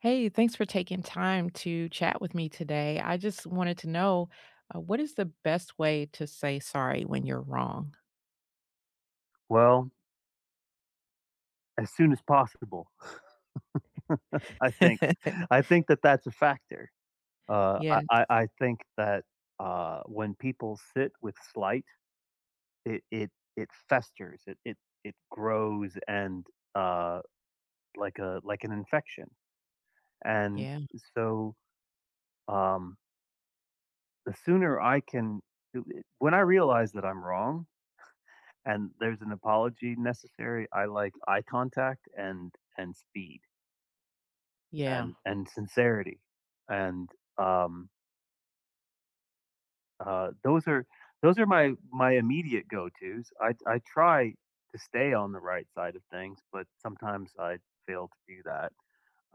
Hey, thanks for taking time to chat with me today. I just wanted to know what is the best way to say sorry when you're wrong? Well, as soon as possible, I think. I think that's a factor. Uh, I Yeah, I I think that, when people sit with slight, it it it festers, it grows and, uh, like a like an infection, and yeah, so, um, the sooner I can when I realize that I'm wrong and there's an apology necessary, I like eye contact and speed yeah. and sincerity, and, um Uh, those are those are my immediate go-tos. I try to stay on the right side of things, but sometimes I fail to do that.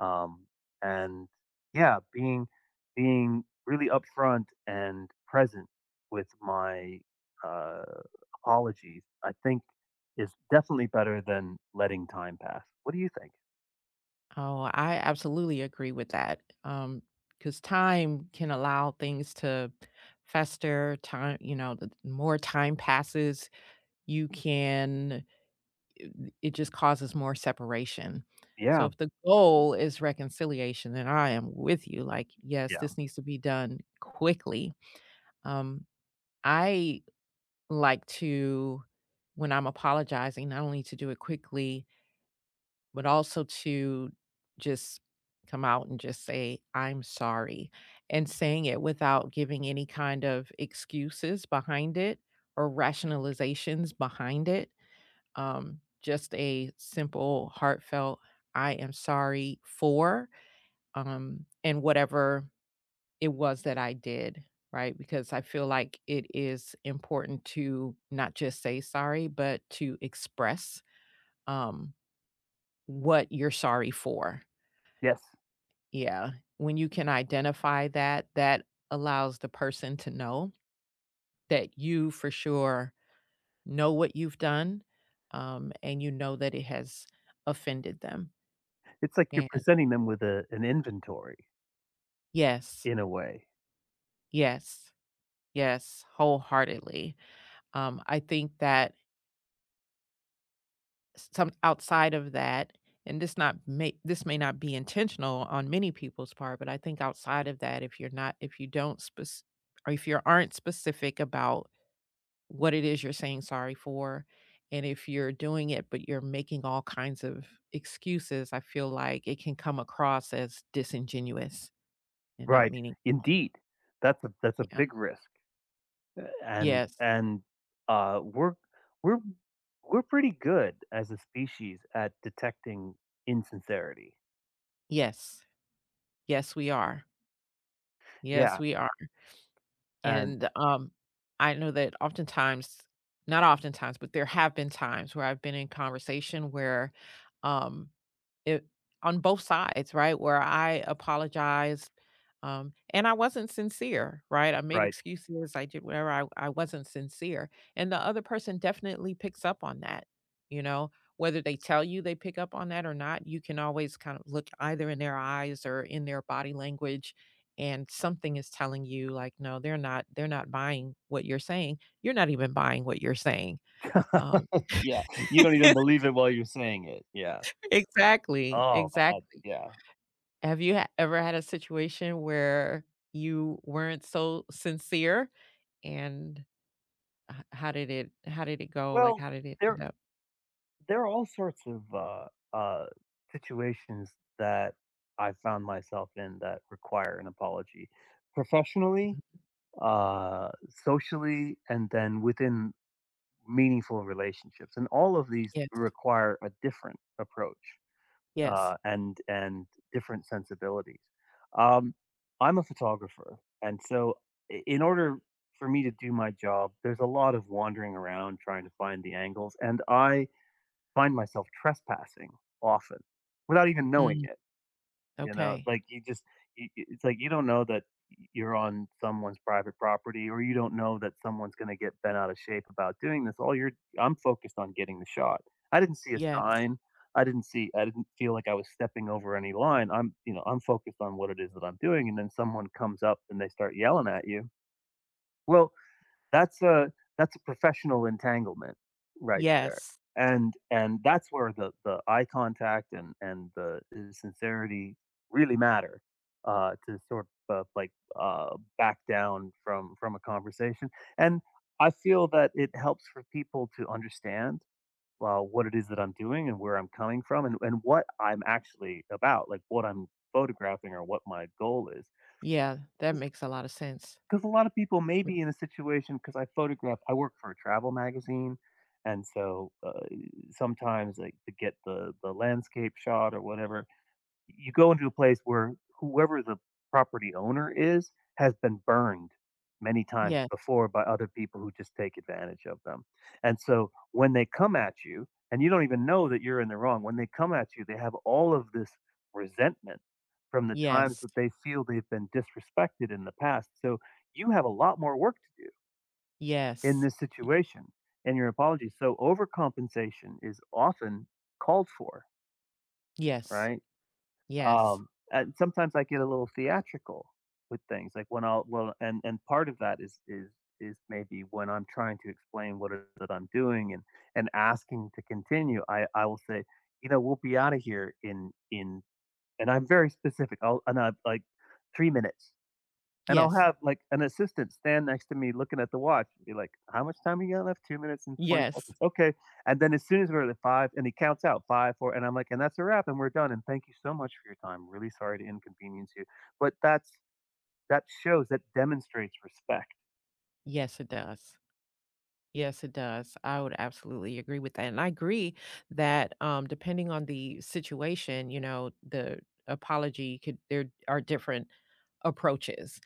Um, and yeah, being being really upfront and present with my uh, apologies, I think is definitely better than letting time pass. What do you think? Oh, I absolutely agree with that. Because time can allow things to fester. The more time passes, you can it just causes more separation. So Yeah, if the goal is reconciliation, then I am with you, like, yes, yeah, this needs to be done quickly. Um, I like when I'm apologizing, not only to do it quickly, but also to just come out and just say, I'm sorry, and saying it without giving any kind of excuses behind it or rationalizations behind it just a simple, heartfelt, I am sorry for and whatever it was that I did, right? Because I feel like it is important to not just say sorry, but to express um, what you're sorry for. yes. Yeah. When you can identify that, that allows the person to know that you for sure know what you've done and you know that it has offended them. It's like you're And presenting them with a, an inventory Yes, in a way. yes, yes, wholeheartedly. I think that some outside of that, and this may not be intentional on many people's part, but I think outside of that, if you're not, if you don't spec or if you aren't specific about what it is you're saying sorry for, and if you're doing it but you're making all kinds of excuses, I feel like it can come across as disingenuous and not Right, meaning. indeed. That's a Yeah. big risk, and Yes. and, uh, we're we're we're pretty good as a species at detecting insincerity. Yes. Yes, we are. Yes, Yeah, we are, and and, I know that oftentimes not oftentimes, but there have been times where I've been in conversation where, um, it on both sides, right, where I apologize. And I wasn't sincere, right? I made right. excuses, I did whatever, I wasn't sincere, and the other person definitely picks up on that, you know? Whether they tell you they pick up on that or not, you can always kind of look either in their eyes or in their body language, and something is telling you like, "No, they're not buying what you're saying. You're not even buying what you're saying." Um Yeah, you don't even believe it while you're saying it, yeah. Exactly, Oh, my god, exactly. yeah. Have you ha ever had a situation where you weren't so sincere? And h how did it go? Like, Well, how did it end there up? there are all sorts of, uh, situations that I found myself in that require an apology. Professionally, Mhm. Socially, and then within meaningful relationships. And all of these Yes, require a different approach yes. and different sensibilities. Um, I'm a photographer, and so in order for me to do my job, there's a lot of wandering around trying to find the angles, and I find myself trespassing often without even knowing Mm, it. You know, okay. like, you just you it's like you don't know that you're on someone's private property, or you don't know that someone's gonna get bent out of shape about doing this. All you're I'm focused on getting the shot. I didn't see a Yes, sign. I didn't see I didn't feel like I was stepping over any line. I'm you know, I'm focused on what it is that I'm doing, and then someone comes up and they start yelling at you. Well, that's a professional entanglement right there. yes. And that's where the eye contact and the sincerity really matter, to sort of, like, back down from a conversation. And I feel that it helps for people to understand, what it is that I'm doing and where I'm coming from and what I'm actually about, like, what I'm photographing or what my goal is. Yeah, that makes a lot of sense. 'Cause a lot of people may be in a situation. Because I photograph I work for a travel magazine, and so, sometimes, like, to get the landscape shot or whatever, you go into a place where whoever the property owner is has been burned many times Yes, before by other people who just take advantage of them. And so when they come at you, and you don't even know that you're in the wrong, when they come at you, they have all of this resentment from the times yes, that they feel they've been disrespected in the past. So you have a lot more work to do in yes, this situation in your apology. So overcompensation is often called for, yes, right? yes, And sometimes I get a little theatrical with things, like when I'll well, and part of that is is maybe when I'm trying to explain what it is that I'm doing and asking to continue, I will say, you know, we'll be out of here in and I'm very specific. I'll and I like 3 minutes. And I'll yes, have, like, an assistant stand next to me looking at the watch and be like, "How much time you got left? 2 minutes and 20 yes, seconds. Okay." And then as soon as we're at 5 and he counts out 5, 4, and I'm like, "And that's a wrap, and we're done, and thank you so much for your time. Really sorry to inconvenience you." But that's that shows, that demonstrates respect. yes, it does. Yes, it does. I would absolutely agree with that, and I agree that, depending on the situation, you know, the apology could. There are different approaches.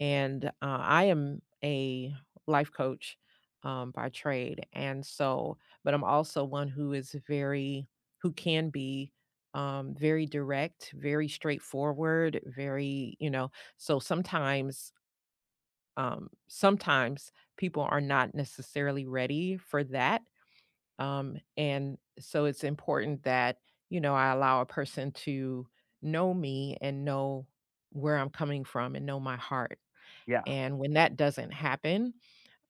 And, I am a life coach, by trade, and so but I'm also one who is very who can be, very direct, very straightforward, very you know, so sometimes, sometimes people are not necessarily ready for that, and so it's important that, you know, I allow a person to know me and know where I'm coming from and know my heart. Yeah. And when that doesn't happen,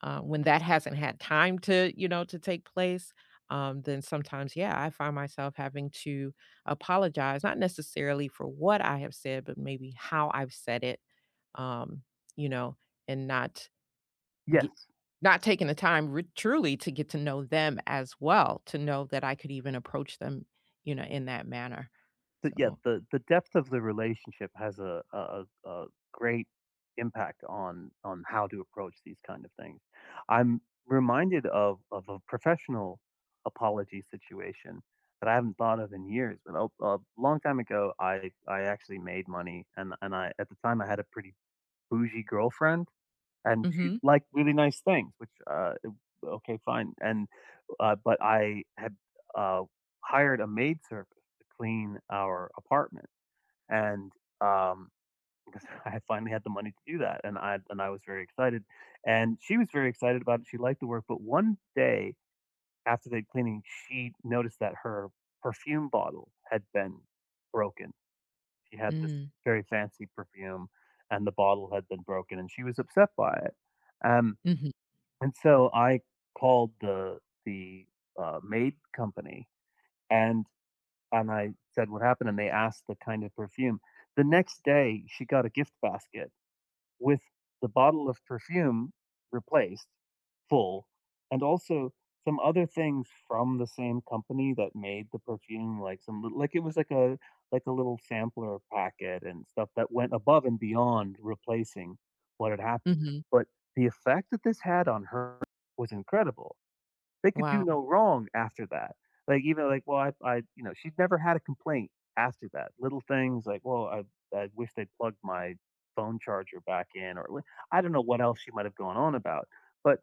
when that hasn't had time to, you know, to take place, then sometimes, yeah, I find myself having to apologize, not necessarily for what I have said, but maybe how I've said it, um, you know, and get, Yes. not taking the time truly to get to know them as well, to know that I could even approach them, you know, in that manner. The yeah, So, the depth of the relationship has a a great impact on how to approach these kind of things. I'm reminded of a professional apology situation that I haven't thought of in years, but a long time ago, I actually made money, and I at the time I had a pretty bougie girlfriend, and she hmm liked really nice things, which, it okay, fine, and, but I had, uh, hired a maid service to clean our apartment, and, um, because I finally had the money to do that, and I was very excited, and she was very excited about it, she liked the work, but one day after the cleaning, she noticed that her perfume bottle had been broken. She had this mm-hmm, very fancy perfume, and the bottle had been broken, and she was upset by it. Um mm-hmm. and so I called the the, maid company, and and I said what happened, and they asked the kind of perfume. The next day, she got a gift basket with the bottle of perfume replaced full, and also some other things from the same company that made the perfume, like some lit like, it was like a little sampler packet and stuff that went above and beyond replacing what had happened, Mm-hmm. but the effect that this had on her was incredible. They could do Wow, no wrong after that. Like, even like, well, I you know, she's never had a complaint after that. Little things like, "Well, I wish they'd plugged my phone charger back in," or I don't know what else she might have gone on about, but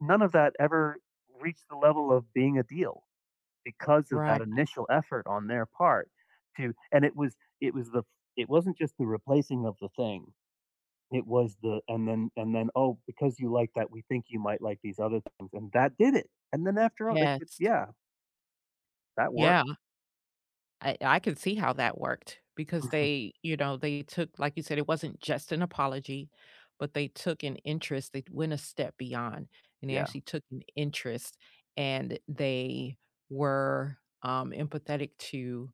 none of that ever reached the level of being a deal because of that right, initial effort on their part to and it was the it wasn't just the replacing of the thing. It was the and then, "Oh, because you like that, we think you might like these other things," and that did it, and then after all, they could yes. yeah, that worked. Yeah, I could see how that worked because they, you know, they took like you said, it wasn't just an apology, but they took an interest, they went a step beyond, and they Yeah, actually took an interest, and they were, empathetic to,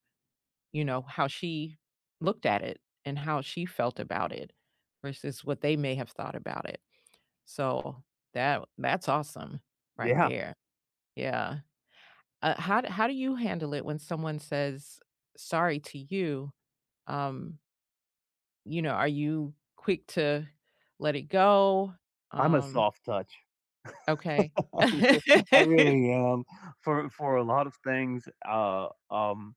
you know, how she looked at it and how she felt about it versus what they may have thought about it. So, that that's awesome right yeah, there. Yeah. How d how do you handle it when someone says sorry to you? Um, you know, are you quick to let it go? I'm a Um, soft touch. okay. I really am. For a lot of things,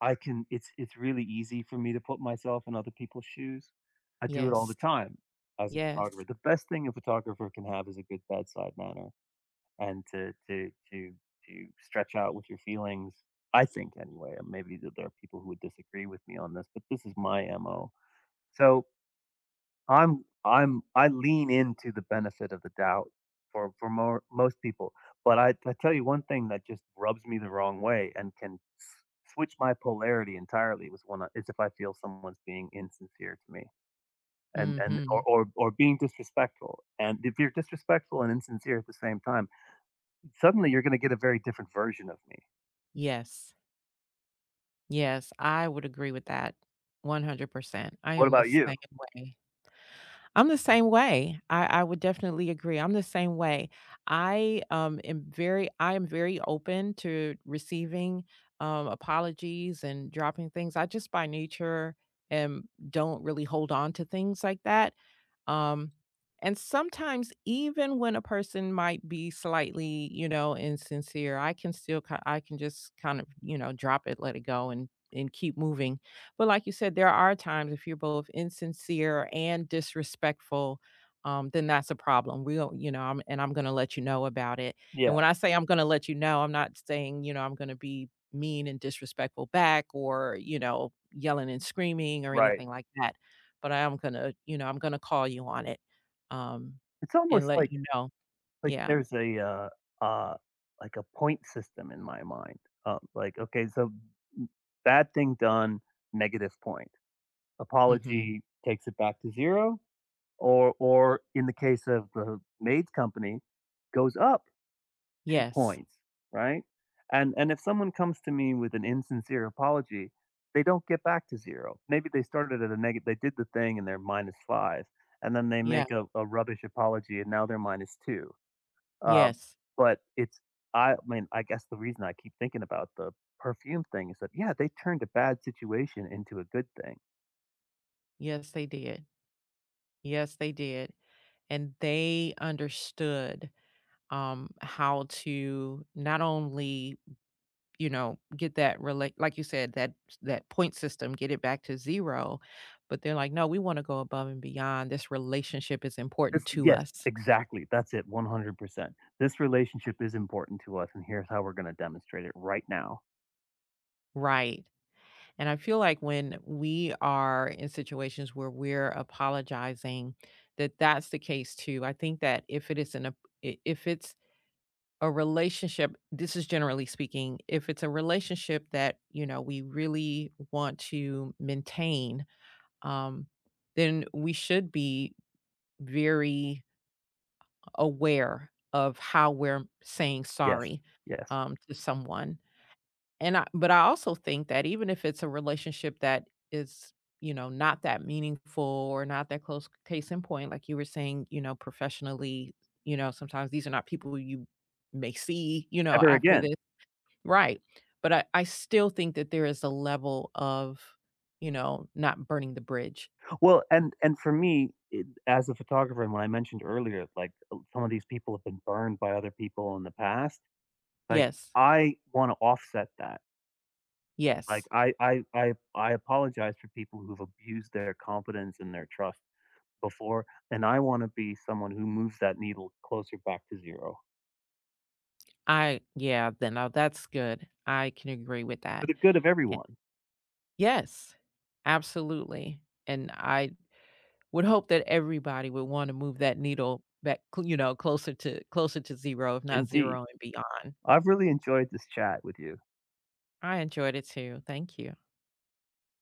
I can it's really easy for me to put myself in other people's shoes. I do it all the Yes. time as a photographer. Yes. The best thing a photographer can have is a good bedside manner. And to to stretch out with your feelings. I think anyway, and maybe that there are people who would disagree with me on this, but this is my MO. So I'm I lean into the benefit of the doubt for most people. But I tell you one thing that just rubs me the wrong way and can switch my polarity entirely was when I, is if I feel someone's being insincere to me and Mhm. Or being disrespectful. And if you're disrespectful and insincere at the same time Suddenly, you're gonna get a very different version of me. Yes. Yes, I would agree with that 100%. I What am the about you? same way. I'm the same way. I would definitely agree. I'm the same way. I am very I am very open to receiving apologies and dropping things. I just by nature am don't really hold on to things like that. Um, and sometimes even when a person might be slightly, you know, insincere, I can still ki I can just kind of, you know, drop it, let it go and keep moving. But like you said, there are times if you're both insincere and disrespectful, then that's a problem. We'll, you know, and I'm going to let you know about it. And Yeah, when I say I'm going to let you know, I'm not saying, you know, I'm going to be mean and disrespectful back or, you know, yelling and screaming or right. anything like that but I am gonna you know, I'm gonna call you on it, um, It's and almost let you know. like Yeah. there's a, uh, like a point system in my mind. Like, okay, so m bad thing done, negative point. Mhm. Apology takes it back to 0, or in the case of the maid's company, goes up. 2 Yes. points, right? And if someone comes to me with an insincere apology, they don't get back to 0. Maybe they started at a negative they did the thing and they're minus 5, and then they Yeah. make a rubbish apology and now they're minus 2. Um, Yes. but it's I mean, I guess the reason I keep thinking about the perfume thing is that, yeah, they turned a bad situation into a good thing. Yes, they did. Yes, they did, and they understood, how to not only, you know, get that relate, like you said, that that point system, get it back to 0, but they're like, "No, we wanna go above and beyond. This relationship is important This to yes, us." exactly. That's it, 100%. This relationship is important to us, and here's how we're gonna demonstrate it right now. Right. And I feel like when we are in situations where we're apologizing, that that's the case too. I think that if it is an if it's a relationship, this is generally speaking, if it's a relationship that you know we really want to maintain, um, then we should be very aware of how we're saying Yes, sorry yes. To someone and I also think that even if it's a relationship that is, you know, not that meaningful or not that close, case in point, like you were saying, you know, professionally, you know, sometimes these are not people you may see, you know, Ever after again. this. Right. But I still think that there is a level of, you know, not burning the bridge. Well, and for me, it as a photographer, and when I mentioned earlier, like, some of these people have been burned by other people in the past, like, Yes. I wanna offset that. Like, Yes. I apologize for people who've abused their confidence and their trust before, and I wanna be someone who moves that needle closer back to 0 I, yeah, then now that's good. I can agree with for that. the good of And- everyone. Yes, absolutely. And I would hope that everybody would wanna move that needle back, cl you know, closer to 0, if not Indeed. 0 and beyond. I've really enjoyed this chat with you. I enjoyed it too. Thank you.